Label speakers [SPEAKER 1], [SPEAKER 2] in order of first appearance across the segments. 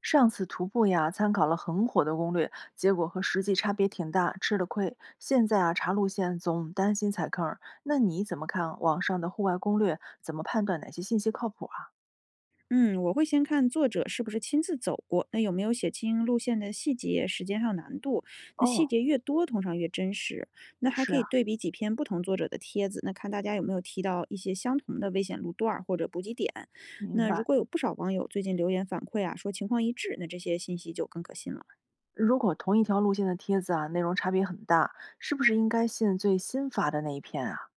[SPEAKER 1] 上次徒步呀，参考了很火的攻略，结果和实际差别挺大，吃了亏。现在啊，查路线总担心踩坑儿。那你怎么看网上的户外攻略？怎么判断哪些信息靠谱啊？
[SPEAKER 2] 嗯，我会先看作者是不是亲自走过，那有没有写清路线的细节、时间还有难度。那细
[SPEAKER 1] 哦，
[SPEAKER 2] 节越多，通常越真实。那还
[SPEAKER 1] 是
[SPEAKER 2] 可以
[SPEAKER 1] 啊，
[SPEAKER 2] 对比几篇不同作者的帖子，那看大家有没有提到一些相同的危险路段儿或者补给点。
[SPEAKER 1] 明
[SPEAKER 2] 那
[SPEAKER 1] 白。
[SPEAKER 2] 如果有不少网友最近留言反馈啊，说情况一致，那这些信息就更可信了。
[SPEAKER 1] 如果同一条路线的帖子啊，内容差别很大，是不是应该信最新发的那一篇啊？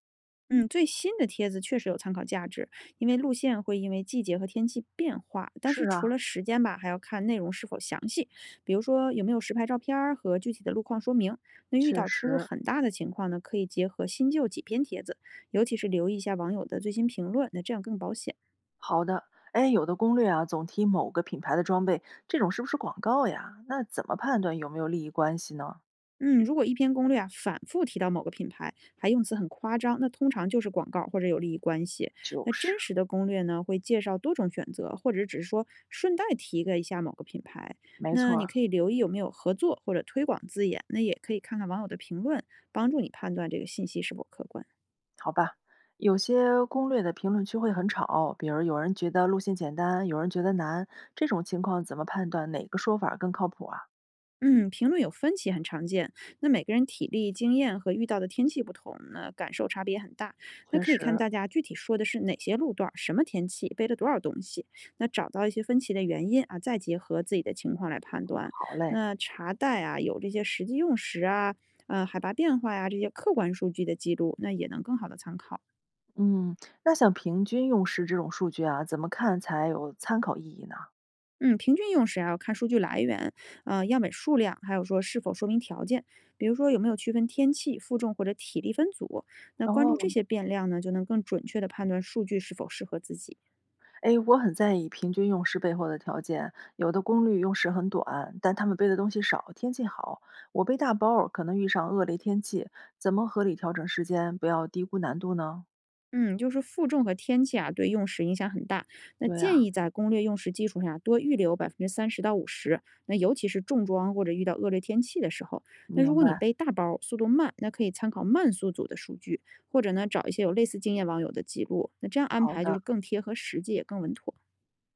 [SPEAKER 2] 嗯，最新的帖子确实有参考价值，因为路线会因为季节和天气变化。但是
[SPEAKER 1] 是
[SPEAKER 2] 除
[SPEAKER 1] 啊，
[SPEAKER 2] 了时间吧，还要看内容是否详细，比如说有没有实拍照片儿和具体的路况说明。那遇
[SPEAKER 1] 确
[SPEAKER 2] 到出入
[SPEAKER 1] 实。
[SPEAKER 2] 很大的情况呢，可以结合新旧几篇帖子，尤其是留意一下网友的最新评论，那这样更保险。
[SPEAKER 1] 好的。哎，有的攻略啊，总提某个品牌的装备，这种是不是广告呀？那怎么判断有没有利益关系呢？
[SPEAKER 2] 嗯，如果一篇攻略啊反复提到某个品牌，还用词很夸张，那通常就是广告或者有利益关系。
[SPEAKER 1] 就
[SPEAKER 2] 那
[SPEAKER 1] 是。
[SPEAKER 2] 真实的攻略呢，会介绍多种选择，或者只是说顺带提个一下某个品牌。
[SPEAKER 1] 没
[SPEAKER 2] 那
[SPEAKER 1] 错
[SPEAKER 2] 你
[SPEAKER 1] 儿，
[SPEAKER 2] 可以留意有没有合作或者推广字眼，那也可以看看网友的评论，帮助你判断这个信息是否客观。
[SPEAKER 1] 好吧。有些攻略的评论区会很吵，比如有人觉得路线简单，有人觉得难，这种情况怎么判断哪个说法儿更靠谱啊？
[SPEAKER 2] 嗯，评论有分歧很常见。那每个人体力、经验和遇到的天气不同，那感受差别很大。那
[SPEAKER 1] 确
[SPEAKER 2] 可以看
[SPEAKER 1] 实，
[SPEAKER 2] 大家具体说的是哪些路段儿、什么天气、背了多少东西，那找到一些分歧的原因啊，再结合自己的情况来判断。
[SPEAKER 1] 好嘞。
[SPEAKER 2] 那查带啊，有这些实际用时啊、海拔变化呀、这些客观数据的记录，那也能更好的参考。
[SPEAKER 1] 嗯，那像平均用时这种数据啊，怎么看才有参考意义呢？
[SPEAKER 2] 嗯，平均用时啊，要看数据来源，样本数量，还有说是否说明条件，比如说有没有区分天气、负重或者体力分组。那关注
[SPEAKER 1] 哦，
[SPEAKER 2] 这些变量呢，就能更准确的判断数据是否适合自己。
[SPEAKER 1] 哎，我很在意平均用时背后的条件。有的功率用时很短，但他们背的东西少，天气好。我背大包儿可能遇上恶劣天气，怎么合理调整时间，不要低估难度呢？
[SPEAKER 2] 嗯，就是负重和天气啊，对用时影响很大。那
[SPEAKER 1] 对
[SPEAKER 2] 建
[SPEAKER 1] 呀、
[SPEAKER 2] 议在攻略用时基础上啊多预留30%到50%。那尤其是重装或者遇到恶劣天气的时候，那如
[SPEAKER 1] 明
[SPEAKER 2] 果你
[SPEAKER 1] 白。
[SPEAKER 2] 背大包，速度慢，那可以参考慢速组的数据，或者呢找一些有类似经验网友的记录。那这样安
[SPEAKER 1] 好
[SPEAKER 2] 排就
[SPEAKER 1] 的，
[SPEAKER 2] 是更贴合实际，也更稳妥。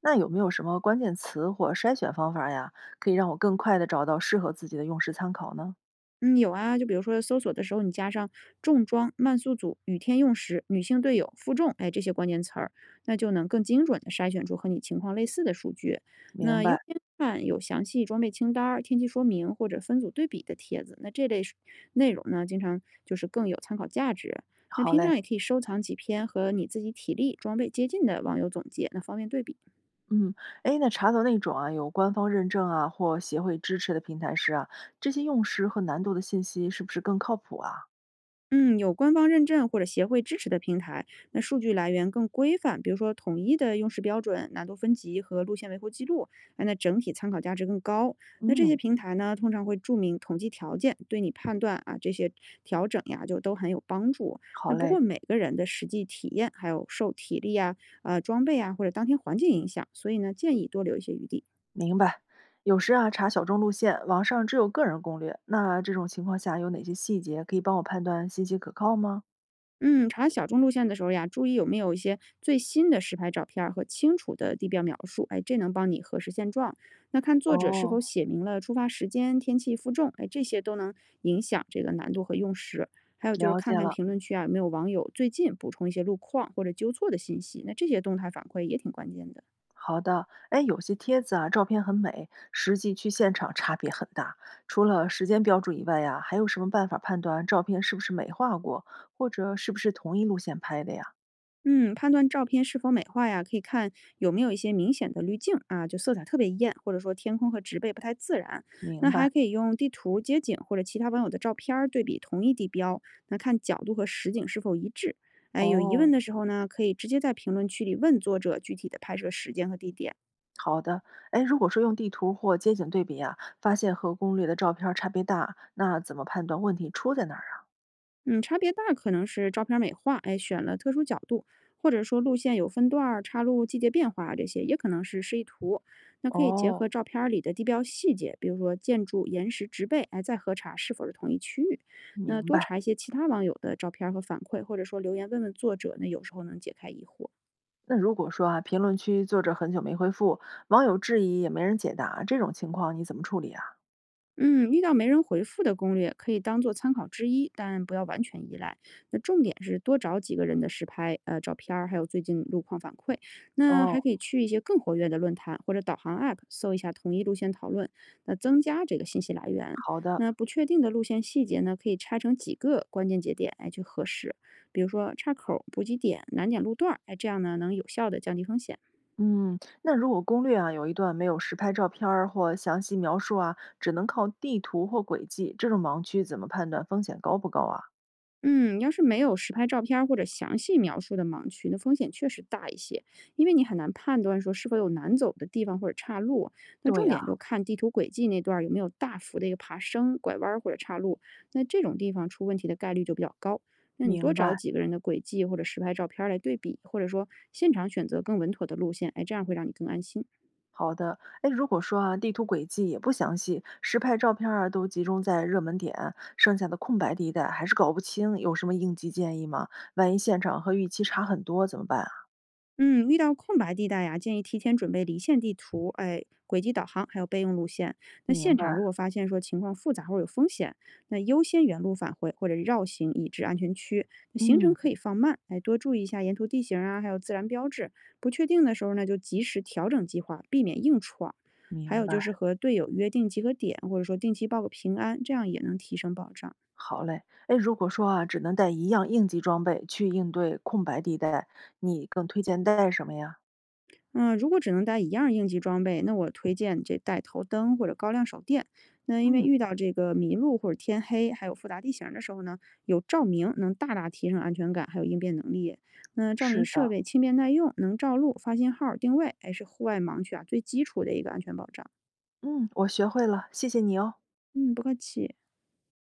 [SPEAKER 1] 那有没有什么关键词或筛选方法呀，可以让我更快地找到适合自己的用时参考呢？
[SPEAKER 2] 嗯，有啊，就比如说搜索的时候，你加上重装、慢速组、雨天用时、女性队友、负重，哎，这些关键词儿，那就能更精准的筛选出和你情况类似的数据。
[SPEAKER 1] 明
[SPEAKER 2] 那
[SPEAKER 1] 白，
[SPEAKER 2] 优先看有详细装备清单儿、天气说明或者分组对比的帖子，那这类是内容呢，经常就是更有参考价值。那
[SPEAKER 1] 好
[SPEAKER 2] 平
[SPEAKER 1] 嘞。
[SPEAKER 2] 常也可以收藏几篇和你自己体力、装备接近的网友总结，那方便对比。
[SPEAKER 1] 嗯，哎，那查到那种啊有官方认证啊或协会支持的平台时啊，这些用时和难度的信息是不是更靠谱啊？
[SPEAKER 2] 嗯，有官方认证或者协会支持的平台，那数据来源更规范，比如说统一的用时标准、难度分级和路线维护记录，哎那整体参考价值更高。那这些
[SPEAKER 1] 嗯，
[SPEAKER 2] 平台呢，通常会注明统计条件，对你判断啊这些调整呀，就都很有帮助。
[SPEAKER 1] 好
[SPEAKER 2] 那不
[SPEAKER 1] 嘞，
[SPEAKER 2] 过每个人的实际体验还有受体力呀、装备啊或者当天环境影响，所以呢，建议多留一些余地。
[SPEAKER 1] 明白。有时啊查小众路线，网上只有个人攻略，那这种情况下有哪些细节可以帮我判断信息可靠吗？
[SPEAKER 2] 嗯，查小众路线的时候呀，注意有没有一些最新的实拍照片儿和清楚的地标描述，哎，这能帮你核实现状。那看作者是
[SPEAKER 1] 哦，
[SPEAKER 2] 否写明了出发时间、天气、负重，哎，这些都能影响这个难度和用时。还有就是
[SPEAKER 1] 了
[SPEAKER 2] 看
[SPEAKER 1] 解
[SPEAKER 2] 看
[SPEAKER 1] 了。
[SPEAKER 2] 评论区啊，有没有网友最近补充一些路况或者纠错的信息，那这些动态反馈也挺关键的。
[SPEAKER 1] 好的，哎，有些帖子啊，照片很美，实际去现场差别很大。除了时间标注以外呀，还有什么办法判断照片是不是美化过，或者是不是同一路线拍的呀？
[SPEAKER 2] 嗯，判断照片是否美化呀，可以看有没有一些明显的滤镜啊，就色彩特别艳，或者说天空和植被不太自然。那
[SPEAKER 1] 明白。
[SPEAKER 2] 还可以用地图、街景或者其他网友的照片儿对比同一地标，那看角度和实景是否一致。哎，有疑问
[SPEAKER 1] 哦，
[SPEAKER 2] 的时候呢，可以直接在评论区里问作者具体的拍摄时间和地点。
[SPEAKER 1] 好的。哎，如果说用地图或街景对比呀，发现和攻略的照片儿差别大，那怎么判断问题出在哪儿啊？
[SPEAKER 2] 嗯，差别大可能是照片美化，哎，选了特殊角度，或者说路线有分段儿插入季节变化啊这些，也可能是示意图。那可以结
[SPEAKER 1] 哦，
[SPEAKER 2] 合照片儿里的地标细节，比如说建筑、岩石、植被，哎，再核查是否是同一区域。那
[SPEAKER 1] 明
[SPEAKER 2] 多
[SPEAKER 1] 白。
[SPEAKER 2] 查一些其他网友的照片儿和反馈，或者说留言问问作者，那有时候能解开疑惑。
[SPEAKER 1] 那如果说啊，评论区作者很久没回复，网友质疑也没人解答，这种情况你怎么处理啊？
[SPEAKER 2] 嗯，遇到没人回复的攻略可以当做参考之一，但不要完全依赖。那重点是多找几个人的实拍、照片儿，还有最近路况反馈。那还
[SPEAKER 1] 哦，
[SPEAKER 2] 可以去一些更活跃的论坛或者导航 App 搜一下同一路线讨论，那增加这个信息来源。
[SPEAKER 1] 好的。
[SPEAKER 2] 那不确定的路线细节呢，可以拆成几个关键节点，来去核实。比如说岔口、补给点、难点路段儿，哎，这样呢能有效的降低风险。
[SPEAKER 1] 嗯，那如果攻略啊有一段没有实拍照片儿或详细描述啊，只能靠地图或轨迹，这种盲区怎么判断风险高不高啊？
[SPEAKER 2] 嗯，要是没有实拍照片儿或者详细描述的盲区，那风险确实大一些，因为你很难判断说是否有难走的地方或者岔路。那
[SPEAKER 1] 对
[SPEAKER 2] 重
[SPEAKER 1] 呀、
[SPEAKER 2] 点就看地图轨迹那段儿有没有大幅的一个爬升、拐弯儿或者岔路，那这种地方出问题的概率就比较高。那你
[SPEAKER 1] 明
[SPEAKER 2] 多找
[SPEAKER 1] 白。
[SPEAKER 2] 几个人的轨迹或者实拍照片儿来对比，或者说现场选择更稳妥的路线，哎，这样会让你更安心。
[SPEAKER 1] 好的，哎，如果说啊地图轨迹也不详细，实拍照片儿啊都集中在热门点，剩下的空白地带还是搞不清，有什么应急建议吗？万一现场和预期差很多怎么办啊？
[SPEAKER 2] 嗯，遇到空白地带呀，建议提前准备离线地图，哎，轨迹导航，还有备用路线。那
[SPEAKER 1] 明
[SPEAKER 2] 现场
[SPEAKER 1] 白，
[SPEAKER 2] 如果发现说情况复杂或者有风险，那优先原路返回或者绕行已知安全区，那行程
[SPEAKER 1] 嗯，
[SPEAKER 2] 可以放慢，哎，多注意一下沿途地形啊，还有自然标志。不确定的时候呢，就及时调整计划，避免硬闯。还
[SPEAKER 1] 明
[SPEAKER 2] 有就
[SPEAKER 1] 白。
[SPEAKER 2] 是和队友约定集合点，或者说定期报个平安，这样也能提升保障。
[SPEAKER 1] 好嘞，哎，如果说啊，只能带一样应急装备去应对空白地带，你更推荐带什么呀？
[SPEAKER 2] 嗯，如果只能带一样应急装备，那我推荐这带头灯或者高亮手电。那因为
[SPEAKER 1] 嗯，
[SPEAKER 2] 遇到这个迷路或者天黑，还有复杂地形的时候呢，有照明能大大提升安全感，还有应变能力。那照明
[SPEAKER 1] 是
[SPEAKER 2] 设
[SPEAKER 1] 的，
[SPEAKER 2] 备轻便耐用，能照路、发信号、定位，哎，是户外盲区啊最基础的一个安全保障。
[SPEAKER 1] 嗯，我学会了，谢谢你哦。
[SPEAKER 2] 嗯，不客气。